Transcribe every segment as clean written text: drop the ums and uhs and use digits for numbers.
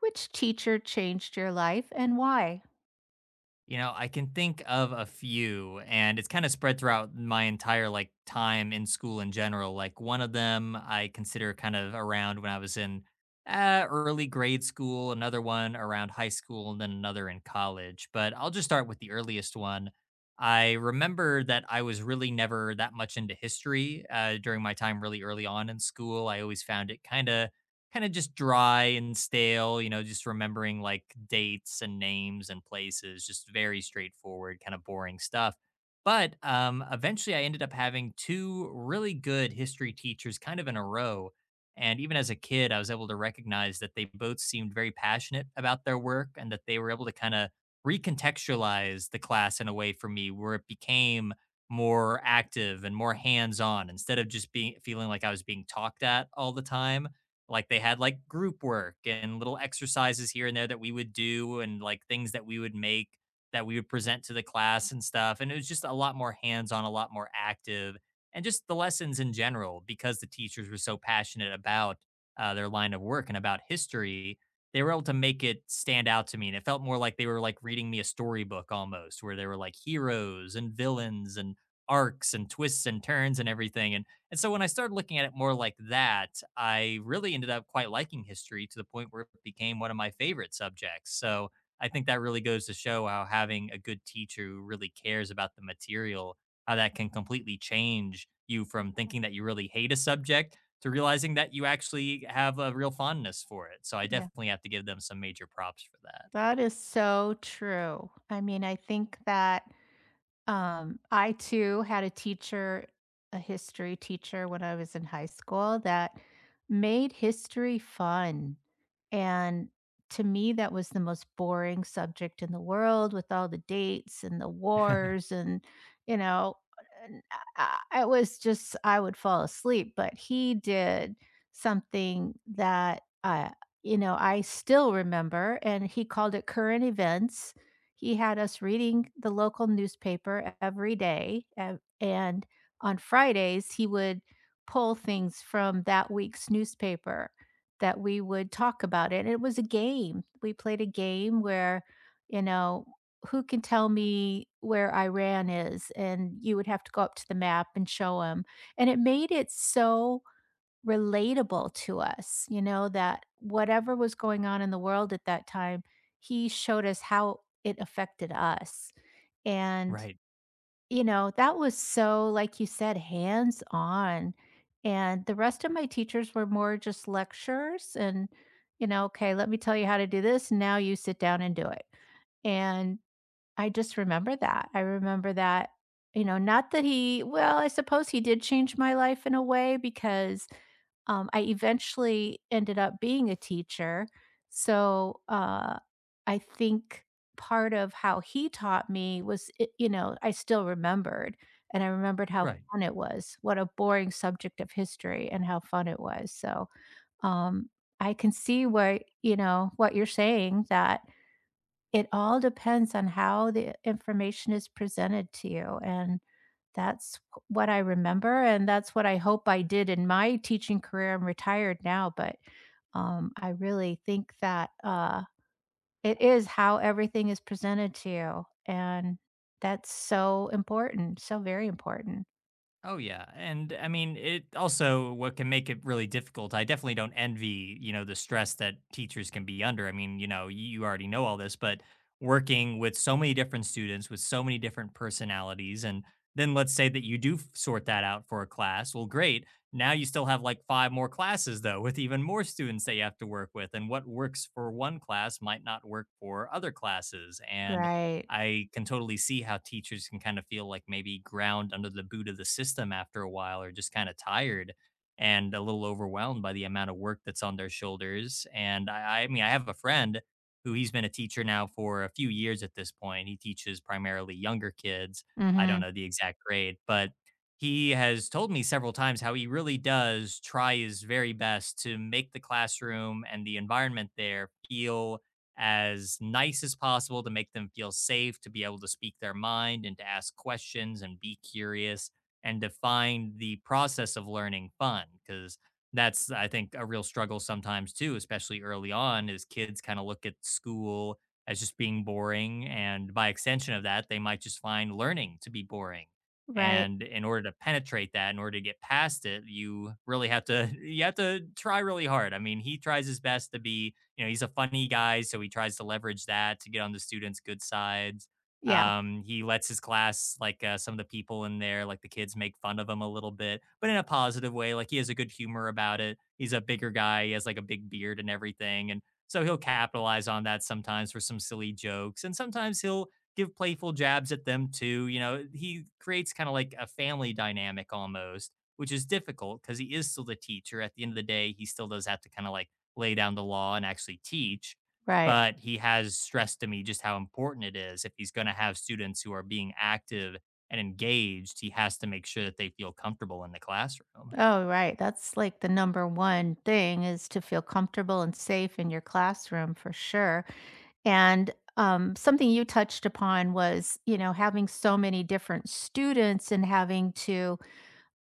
Which teacher changed your life and why? You know, I can think of a few, and it's kind of spread throughout my entire like time in school in general. Like one of them I consider kind of around when I was in early grade school, another one around high school, and then another in college. But I'll just start with the earliest one. I remember that I was really never that much into history during my time really early on in school. I always found it kind of just dry and stale, you know, just remembering like dates and names and places, just very straightforward, kind of boring stuff. But eventually I ended up having two really good history teachers kind of in a row. And even as a kid, I was able to recognize that they both seemed very passionate about their work and that they were able to kind of recontextualize the class in a way for me where it became more active and more hands on instead of just being feeling like I was being talked at all the time, like they had like group work and little exercises here and there that we would do and like things that we would make that we would present to the class and stuff. And it was just a lot more hands-on, a lot more active, and just the lessons in general, because the teachers were so passionate about their line of work and about history, they were able to make it stand out to me, and it felt more like they were like reading me a storybook almost, where there were like heroes and villains and arcs and twists and turns and everything. And so when I started looking at it more like that, I really ended up quite liking history to the point where it became one of my favorite subjects. So I think that really goes to show how having a good teacher who really cares about the material, how that can completely change you from thinking that you really hate a subject to realizing that you actually have a real fondness for it. So I Yeah, definitely have to give them some major props for that. that is so true. I mean, I think that I too had a teacher, a history teacher when I was in high school that made history fun. And to me, that was the most boring subject in the world with all the dates and the wars. And, you know, and I- it was just, I would fall asleep. But he did something that, I still remember, and he called it current events. He had us reading the local newspaper every day, and on Fridays, he would pull things from that week's newspaper that we would talk about it. And it was a game. We played a game where, you know, who can tell me where Iran is? And you would have to go up to the map and show him. And it made it so relatable to us, you know, that whatever was going on in the world at that time, he showed us how it affected us. And, Right. you know, that was so, like you said, hands on. And the rest of my teachers were more just lectures and, you know, okay, let me tell you how to do this. Now you sit down and do it. And I just remember that. I remember that, you know, not that I suppose he did change my life in a way because I eventually ended up being a teacher. So, I think part of how he taught me was, I still remembered, and I remembered how Right. fun it was, what a boring subject of history and how fun it was. So, um, I can see where, you know, what you're saying, that it all depends on how the information is presented to you, and that's what I remember, and that's what I hope I did in my teaching career. I'm retired now, but, I really think that, it is how everything is presented to you, and that's so important, so very important. Oh yeah, and I mean it also what can make it really difficult. I definitely don't envy, you know, the stress that teachers can be under. I mean, you know, you already know all this, but working with so many different students with so many different personalities, and then let's say that you do sort that out for a class. Well, great. Now you still have like five more classes though, with even more students that you have to work with, and what works for one class might not work for other classes. And Right. I can totally see how teachers can kind of feel like maybe ground under the boot of the system after a while, or just kind of tired and a little overwhelmed by the amount of work that's on their shoulders. And I mean, I have a friend who, he's been a teacher now for a few years at this point. He teaches primarily younger kids. I don't Mhm. know the exact grade, but he has told me several times how he really does try his very best to make the classroom and the environment there feel as nice as possible, to make them feel safe, to be able to speak their mind and to ask questions and be curious, and to find the process of learning fun. Because that's, I think, a real struggle sometimes too, especially early on, is kids kind of look at school as just being boring. And by extension of that, they might just find learning to be boring. Right. And in order to penetrate that, in order to get past it, you really have to you have to try really hard. I mean, he tries his best to be, you know, he's a funny guy, so he tries to leverage that to get on the students' good sides. Yeah, He lets his class, like some of the people in there, like the kids, make fun of him a little bit, but in a positive way. Like he has a good humor about it. He's a bigger guy. He has like a big beard and everything, and so he'll capitalize on that sometimes for some silly jokes, and sometimes he'll give playful jabs at them too. You know, he creates kind of like a family dynamic almost, which is difficult because he is still the teacher. At the end of the day, he still does have to kind of like lay down the law and actually teach. right. But he has stressed to me just how important it is. If he's going to have students who are being active and engaged, he has to make sure that they feel comfortable in the classroom. Oh, right, that's like the number one thing is to feel comfortable and safe in your classroom for sure. And, something you touched upon was, you know, having so many different students and having to,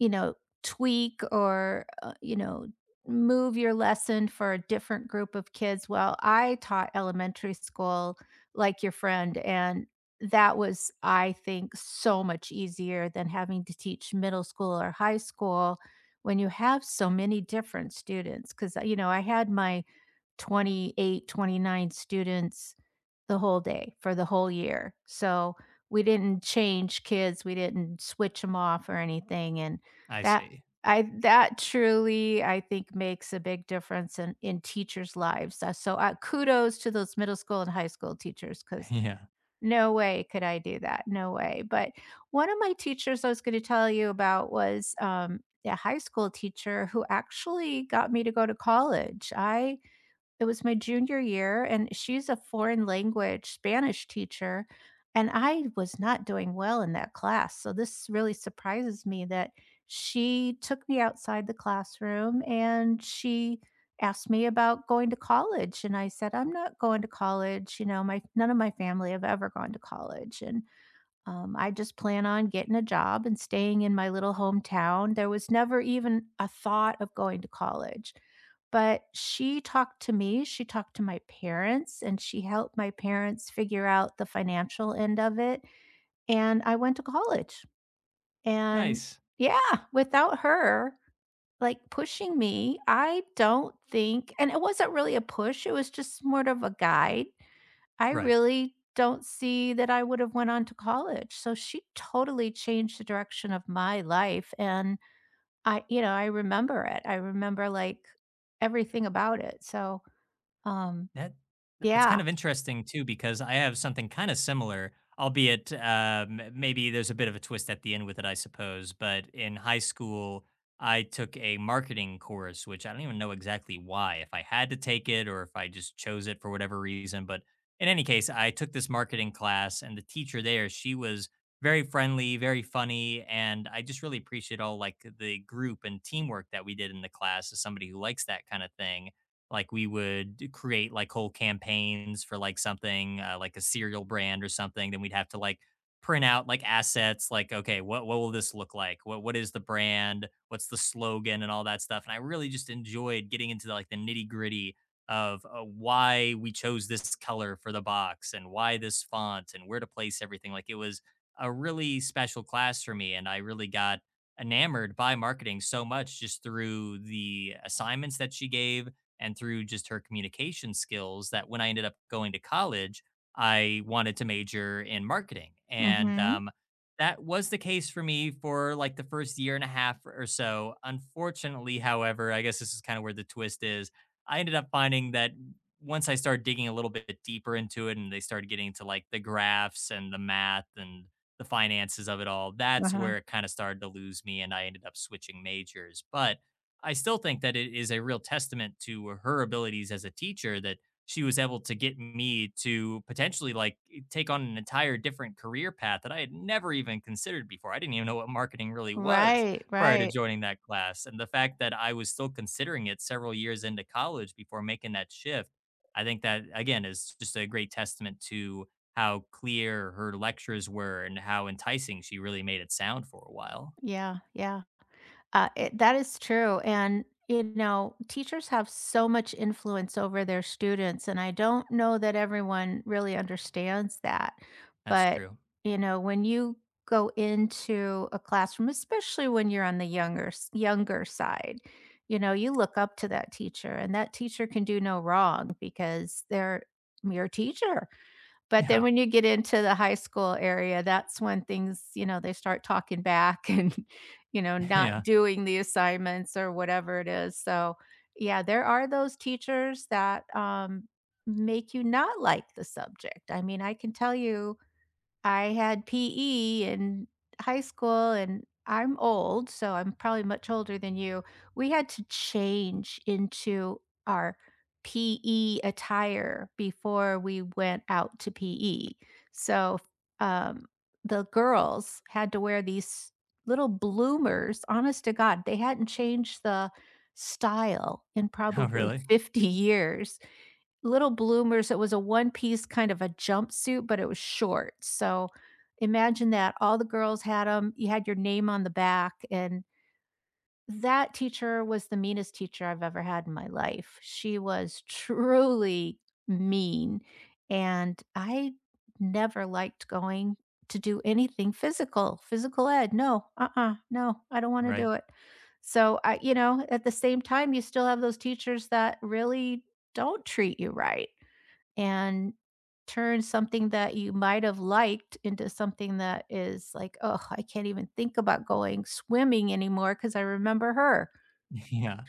you know, tweak or, you know, move your lesson for a different group of kids. Well, I taught elementary school like your friend, and that was, I think, so much easier than having to teach middle school or high school when you have so many different students. Because you know, I had my 28, 29 students the whole day for the whole year. So we didn't change kids, we didn't switch them off or anything, and I that see. I that truly, I think, makes a big difference in teachers' lives. So, kudos to those middle school and high school teachers because Yeah. no way could I do that, no way. But one of my teachers I was gonna tell you about was, a high school teacher who actually got me to go to college. I it was my junior year, and she's a foreign language Spanish teacher, and I was not doing well in that class, so this really surprises me that she took me outside the classroom, and she asked me about going to college, and I said, "I'm not going to college," you know, my none of my family have ever gone to college, and I just plan on getting a job and staying in my little hometown. There was never even a thought of going to college. But she talked to me, she talked to my parents, and she helped my parents figure out the financial end of it. And I went to college. And Nice. yeah, without her, like pushing me, I don't think, and it wasn't really a push, it was just sort of a guide. I Right. really don't see that I would have went on to college, so she totally changed the direction of my life, and I remember it. I remember, like, everything about it, so, um, That that's yeah. kind of interesting too, because I have something kind of similar, albeit maybe there's a bit of a twist at the end with it, I suppose. But in high school, I took a marketing course, which I don't even know exactly why, if I had to take it or if I just chose it for whatever reason. But in any case, I took this marketing class, and the teacher there, she was very friendly, very funny, and I just really appreciate all like the group and teamwork that we did in the class as somebody who likes that kind of thing. Like, we would create, like, whole campaigns for, like, something, like a cereal brand or something, then we'd have to, like, print out, like, assets, like, "Okay, what will this look like? What is the brand? What's the slogan?" and all that stuff, and I really just enjoyed getting into, like, the nitty-gritty of, why we chose this color for the box and why this font and where to place everything. Like, it was a really special class for me, and I really got enamored by marketing so much just through the assignments that she gave, and through just her communication skills, that when I ended up going to college, I wanted to major in marketing. And Mhm. That was the case for me for like the first year and a half or so. Unfortunately, however, I guess this is kind of where the twist is. I ended up finding that once I started digging a little bit deeper into it and they started getting to like the graphs and the math and the finances of it all, that's Uh-huh. where it kind of started to lose me. And I ended up switching majors. But I still think that it is a real testament to her abilities as a teacher that she was able to get me to potentially like take on an entire different career path that I had never even considered before. I didn't even know what marketing really was Right, prior to right. joining that class. And the fact that I was still considering it several years into college before making that shift, I think that again is just a great testament to how clear her lectures were and how enticing she really made it sound for a while. Yeah, yeah. That is true. And, you know, teachers have so much influence over their students. And I don't know that everyone really understands that. That's But, true. you know, when you go into a classroom, especially when you're on the younger side, you know, you look up to that teacher and that teacher can do no wrong because they're your teacher. But then Yeah. when you get into the high school area, that's when things, you know, they start talking back and, you know, not Yeah. doing the assignments or whatever it is. So, yeah, there are those teachers that make you not like the subject. I mean, I can tell you I had PE in high school and I'm old, so I'm probably much older than you. We had to change into our PE attire before we went out to PE. So, um, the girls had to wear these little bloomers. Honest to God, they hadn't changed the style in Oh, probably really? 50 years. Little bloomers, it was a one-piece kind of a jumpsuit, but it was short, so imagine that, all the girls had them. You had your name on the back, and that teacher was the meanest teacher I've ever had in my life. She was truly mean, and I never liked going to do anything physical, physical ed, no, uh-uh, no, I don't wanna Right. do it. So, at the same time, you still have those teachers that really don't treat you right and turn something that you might have liked into something that is like, oh, I can't even think about going swimming anymore because I remember her." Yeah.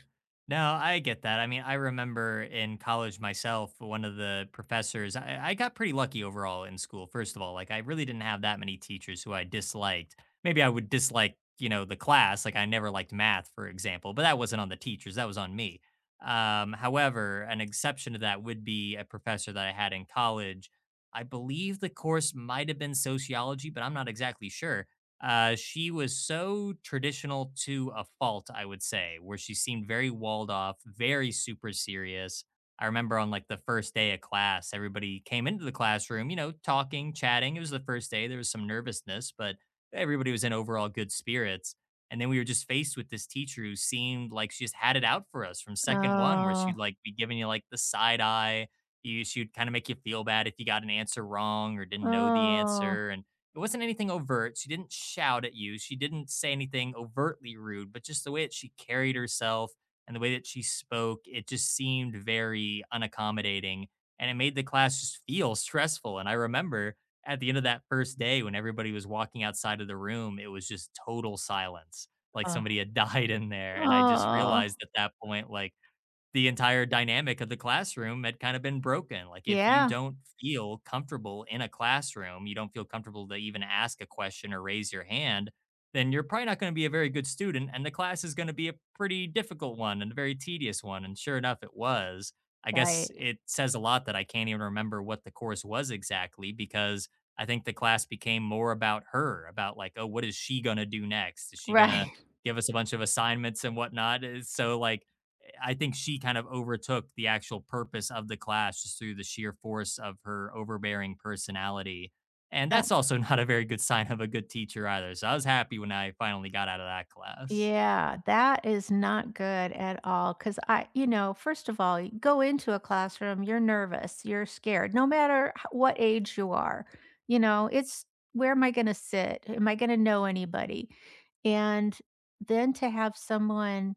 No, I get that. I mean, I remember in college myself, one of the professors, I got pretty lucky overall in school, first of all. Like, I really didn't have that many teachers who I disliked. Maybe I would dislike, you know, the class. Like, I never liked math, for example, but that wasn't on the teachers, that was on me. However, an exception to that would be a professor that I had in college. I believe the course might have been sociology, but I'm not exactly sure. She was so traditional to a fault, I would say, where she seemed very walled off, very super serious. I remember on like the first day of class, everybody came into the classroom, you know, talking, chatting. It was the first day. There was some nervousness, but everybody was in overall good spirits. And then we were just faced with this teacher who seemed like she just had it out for us from second one, where Oh, she'd like be giving you like the side eye. You, she would kind of make you feel bad if you got an answer wrong or didn't know the oh, answer. And it wasn't anything overt. She didn't shout at you. She didn't say anything overtly rude, but just the way that she carried herself and the way that she spoke, it just seemed very unaccommodating. And it made the class just feel stressful. And I remember at the end of that first day when everybody was walking outside of the room, it was just total silence. Like oh, somebody had died in there. And I just oh. realized at that point, like, the entire dynamic of the classroom had kind of been broken. Like if you Yeah, don't feel comfortable in a classroom, you don't feel comfortable to even ask a question or raise your hand, then you're probably not going to be a very good student, and the class is going to be a pretty difficult one and a very tedious one, and sure enough it was. I guess right, it says a lot that I can't even remember what the course was exactly, because I think the class became more about her, about like, oh, what is she going to do next? Is she going to right. give us a bunch of assignments and whatnot? So, like, I think she kind of overtook the actual purpose of the class just through the sheer force of her overbearing personality. And that's also not a very good sign of a good teacher either. So I was happy when I finally got out of that class. Yeah, that is not good at all. Cause I, you know, first of all, you go into a classroom, you're nervous, you're scared, no matter what age you are. You know, it's where am I going to sit? Am I going to know anybody? And then to have someone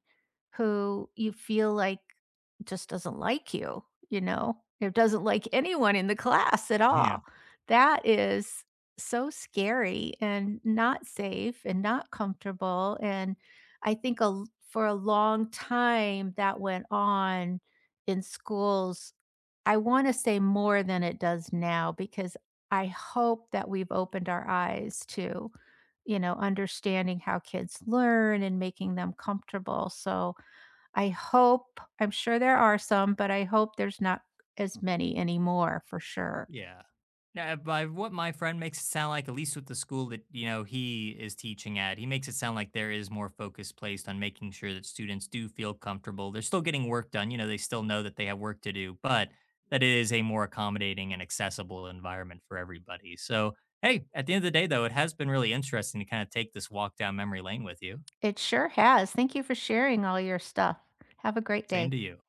who you feel like just doesn't like you know? It doesn't like anyone in the class at Yeah. all. That is so scary and not safe and not comfortable, and I think a l for a long time that went on in schools, I wanna say more than it does now because I hope that we've opened our eyes to, you know, understanding how kids learn and making them comfortable, so I hope, I'm sure there are some, but I hope there's not as many anymore for sure. Yeah. Now, by what my friend makes it sound like, at least with the school that you know he is teaching at, he makes it sound like there is more focus placed on making sure that students do feel comfortable. They're still getting work done. You know, they still know that they have work to do, but that it is a more accommodating and accessible environment for everybody. So, hey, at the end of the day, though, it has been really interesting to kind of take this walk down memory lane with you. It sure has. Thank you for sharing all your stuff. Have a great Same day. to you.